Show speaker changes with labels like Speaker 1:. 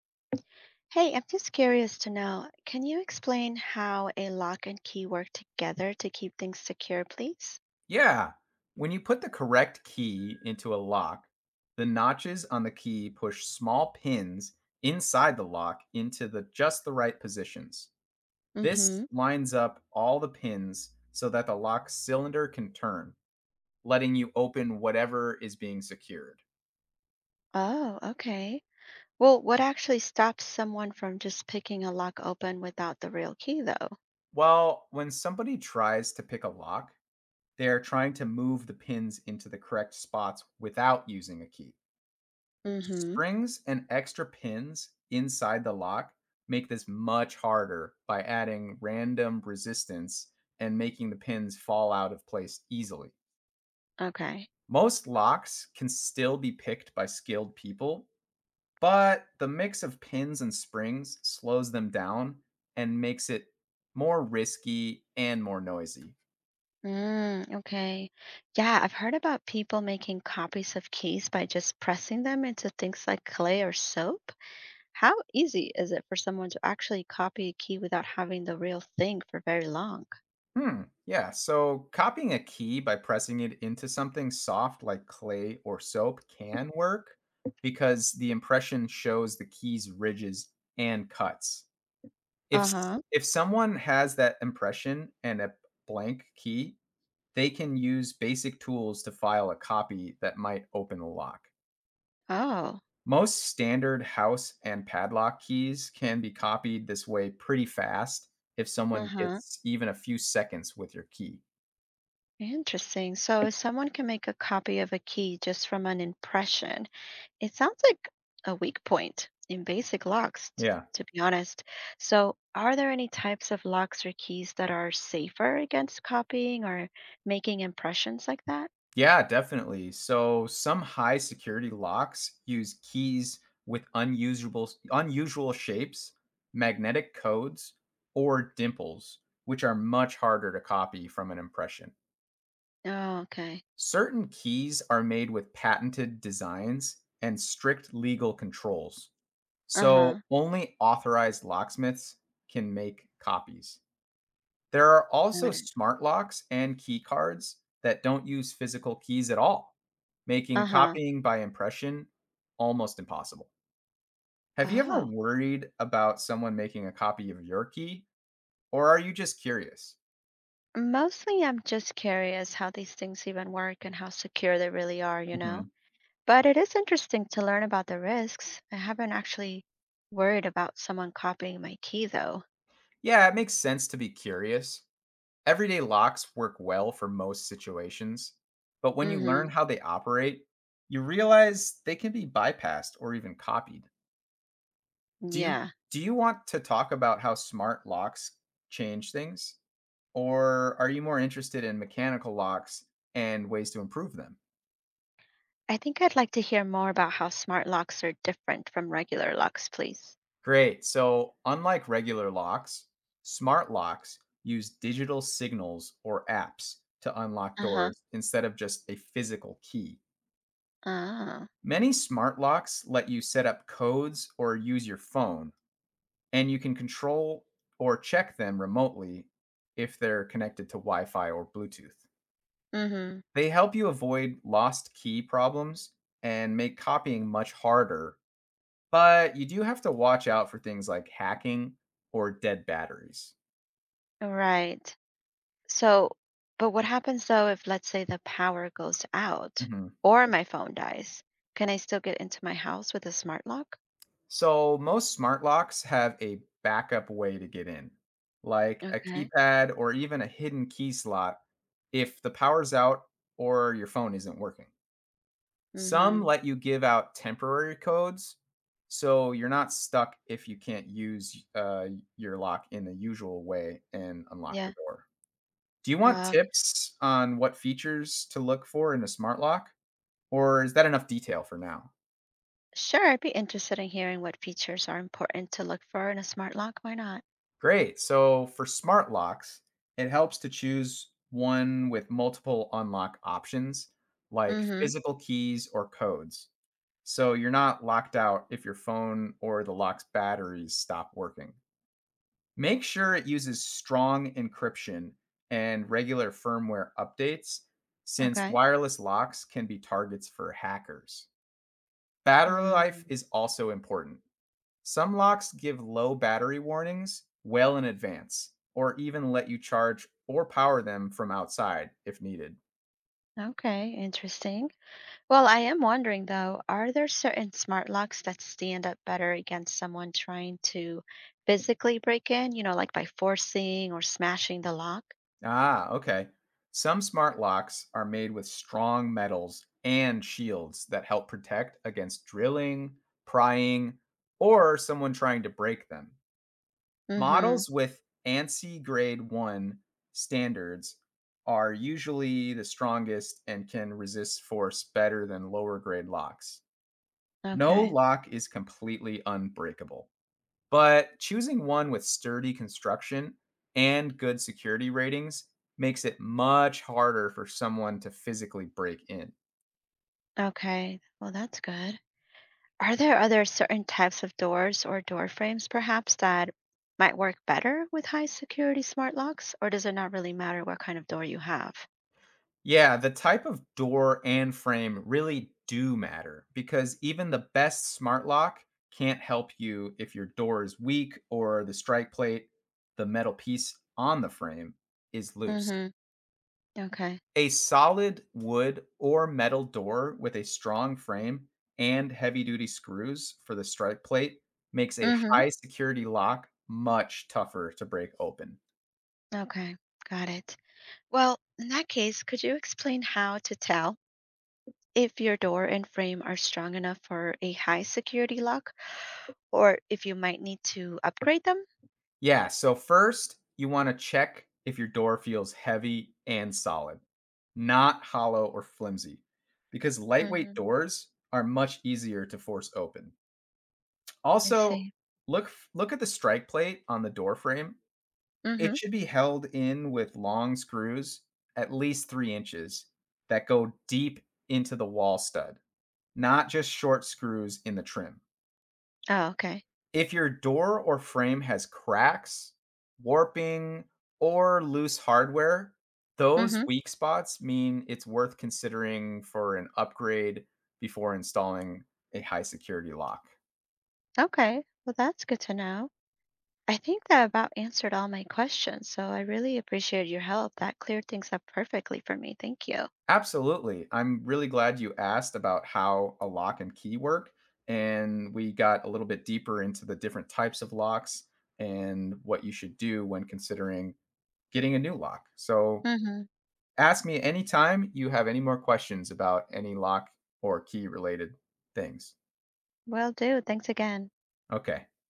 Speaker 1: Hey, I'm just curious to know, can you explain how a lock and key work together to keep things secure, please?
Speaker 2: Yeah. When you put the correct key into a lock, the notches on the key push small pins inside the lock into the just the right positions.
Speaker 1: Mm-hmm.
Speaker 2: This lines up all the pins so that the lock cylinder can turn, letting you open whatever is being secured.
Speaker 1: Oh, okay. Well, what actually stops someone from just picking a lock open without the real key, though?
Speaker 2: Well, when somebody tries to pick a lock, they're trying to move the pins into the correct spots without using a key.
Speaker 1: Mm-hmm.
Speaker 2: Springs and extra pins inside the lock make this much harder by adding random resistance and making the pins fall out of place easily.
Speaker 1: Okay.
Speaker 2: Most locks can still be picked by skilled people, but the mix of pins and springs slows them down and makes it more risky and more noisy.
Speaker 1: Mm, okay. Yeah, I've heard about people making copies of keys by just pressing them into things like clay or soap. How easy is it for someone to actually copy a key without having the real thing for very long?
Speaker 2: Hmm. Yeah. So copying a key by pressing it into something soft like clay or soap can work because the impression shows the key's ridges and cuts.
Speaker 1: Uh-huh.
Speaker 2: If someone has that impression and a blank key, they can use basic tools to file a copy that might open the lock.
Speaker 1: Oh,
Speaker 2: Most standard house and padlock keys can be copied this way pretty fast if someone
Speaker 1: uh-huh.
Speaker 2: gets even a few seconds with your key.
Speaker 1: Interesting. So if someone can make a copy of a key just from an impression, it sounds like a weak point in basic
Speaker 2: Yeah.
Speaker 1: to be honest. So are there any types of locks or keys that are safer against copying or making impressions like that?
Speaker 2: Yeah, definitely. So some high security locks use keys with unusable unusual shapes, magnetic codes, or dimples, which are much harder to copy from an impression.
Speaker 1: Oh, okay.
Speaker 2: Certain keys are made with patented designs and strict legal controls. So
Speaker 1: Uh-huh.
Speaker 2: only authorized locksmiths can make copies. There are also
Speaker 1: Got it.
Speaker 2: smart locks and key cards that don't use physical keys at all, making
Speaker 1: Uh-huh.
Speaker 2: copying by impression almost impossible. Have you ever
Speaker 1: Oh.
Speaker 2: worried about someone making a copy of your key, or are you just curious?
Speaker 1: Mostly I'm just curious how these things even work and how secure they really are, you
Speaker 2: Hmm.
Speaker 1: know? But it is interesting to learn about the risks. I haven't actually worried about someone copying my key, though.
Speaker 2: Yeah, it makes sense to be curious. Everyday locks work well for most situations, but when you learn
Speaker 1: Hmm.
Speaker 2: how they operate, you realize they can be bypassed or even copied. Do you
Speaker 1: Yeah.
Speaker 2: do you want to talk about how smart locks change things? Or are you more interested in mechanical locks and ways to improve them?
Speaker 1: I think I'd like to hear more about how smart locks are different from regular locks, please.
Speaker 2: Great. So, unlike regular locks, smart locks use digital signals or apps to unlock
Speaker 1: Uh-huh.
Speaker 2: doors instead of just a physical key.
Speaker 1: Ah.
Speaker 2: Many smart locks let you set up codes or use your phone, and you can control or check them remotely if they're connected to Wi Fi or Bluetooth.
Speaker 1: Mm-hmm.
Speaker 2: They help you avoid lost key problems and make copying much harder, but you do have to watch out for things like hacking or dead batteries.
Speaker 1: Right. So, but what happens though if, let's say, the power goes out
Speaker 2: Mhm.
Speaker 1: or my phone dies? Can I still get into my house with a smart lock?
Speaker 2: So, most smart locks have a backup way to get in, like a
Speaker 1: Okay.
Speaker 2: keypad or even a hidden key slot if the power's out or your phone isn't working.
Speaker 1: Mm-hmm.
Speaker 2: Some let you give out temporary codes, so you're not stuck if you can't use your lock in the usual way and unlock
Speaker 1: Yeah.
Speaker 2: the door. Do you want tips on what features to look for in a smart lock, or is that enough detail for now?
Speaker 1: Sure, I'd be interested in hearing what features are important to look for in a smart lock. Why not?
Speaker 2: Great. So for smart locks, it helps to choose one with multiple unlock options, like
Speaker 1: Mm-hmm.
Speaker 2: physical keys or codes. So you're not locked out if your phone or the lock's batteries stop working. Make sure it uses strong encryption and regular firmware updates, since
Speaker 1: Okay.
Speaker 2: wireless locks can be targets for hackers. Battery life
Speaker 1: Mm.
Speaker 2: is also important. Some locks give low battery warnings well in advance, or even let you charge or power them from outside if needed.
Speaker 1: Okay, interesting. Well, I am wondering though, are there certain smart locks that stand up better against someone trying to physically break in, you know, like by forcing or smashing the lock?
Speaker 2: Ah, okay. Some smart locks are made with strong metals and shields that help protect against drilling, prying, or someone trying to break them.
Speaker 1: Mm-hmm.
Speaker 2: Models with ANSI grade 1 standards are usually the strongest and can resist force better than lower grade locks. No
Speaker 1: Okay.
Speaker 2: lock is completely unbreakable. But choosing one with sturdy construction and good security ratings makes it much harder for someone to physically break in.
Speaker 1: Okay. Well, that's good. Are there other certain types of doors or door frames perhaps that might work better with high security smart locks, or does it not really matter what kind of door you have?
Speaker 2: Yeah, the type of door and frame really do matter because even the best smart lock can't help you if your door is weak or the strike plate, the metal piece on the frame, is loose.
Speaker 1: Mm-hmm. Okay.
Speaker 2: A solid wood or metal door with a strong frame and heavy-duty screws for the strike plate makes a
Speaker 1: Mm-hmm.
Speaker 2: high security lock much tougher to break open.
Speaker 1: Okay. Got it. Well, in that case, could you explain how to tell if your door and frame are strong enough for a high security lock, or if you might need to upgrade them?
Speaker 2: Yeah, so first, you want to check if your door feels heavy and solid, not hollow or flimsy, because lightweight
Speaker 1: Mm-hmm.
Speaker 2: doors are much easier to force open.
Speaker 1: I
Speaker 2: Also,
Speaker 1: see.
Speaker 2: look look at the strike plate on the door frame.
Speaker 1: Mm-hmm.
Speaker 2: It should be held in with long screws, at least 3 inches, that go deep into the wall stud, not just short screws in the trim.
Speaker 1: Oh, okay.
Speaker 2: If your door or frame has cracks, warping, or loose hardware, those
Speaker 1: Mm-hmm.
Speaker 2: weak spots mean it's worth considering for an upgrade before installing a high security lock.
Speaker 1: Okay. Well, that's good to know. I think that about answered all my questions. So I really appreciate your help. That cleared things up perfectly for me. Thank you.
Speaker 2: Absolutely. I'm really glad you asked about how a lock and key work. And we got a little bit deeper into the different types of locks and what you should do when considering getting a new lock. So
Speaker 1: Mm-hmm.
Speaker 2: ask me anytime you have any more questions about any lock or key related things.
Speaker 1: Will do. Thanks again.
Speaker 2: Okay.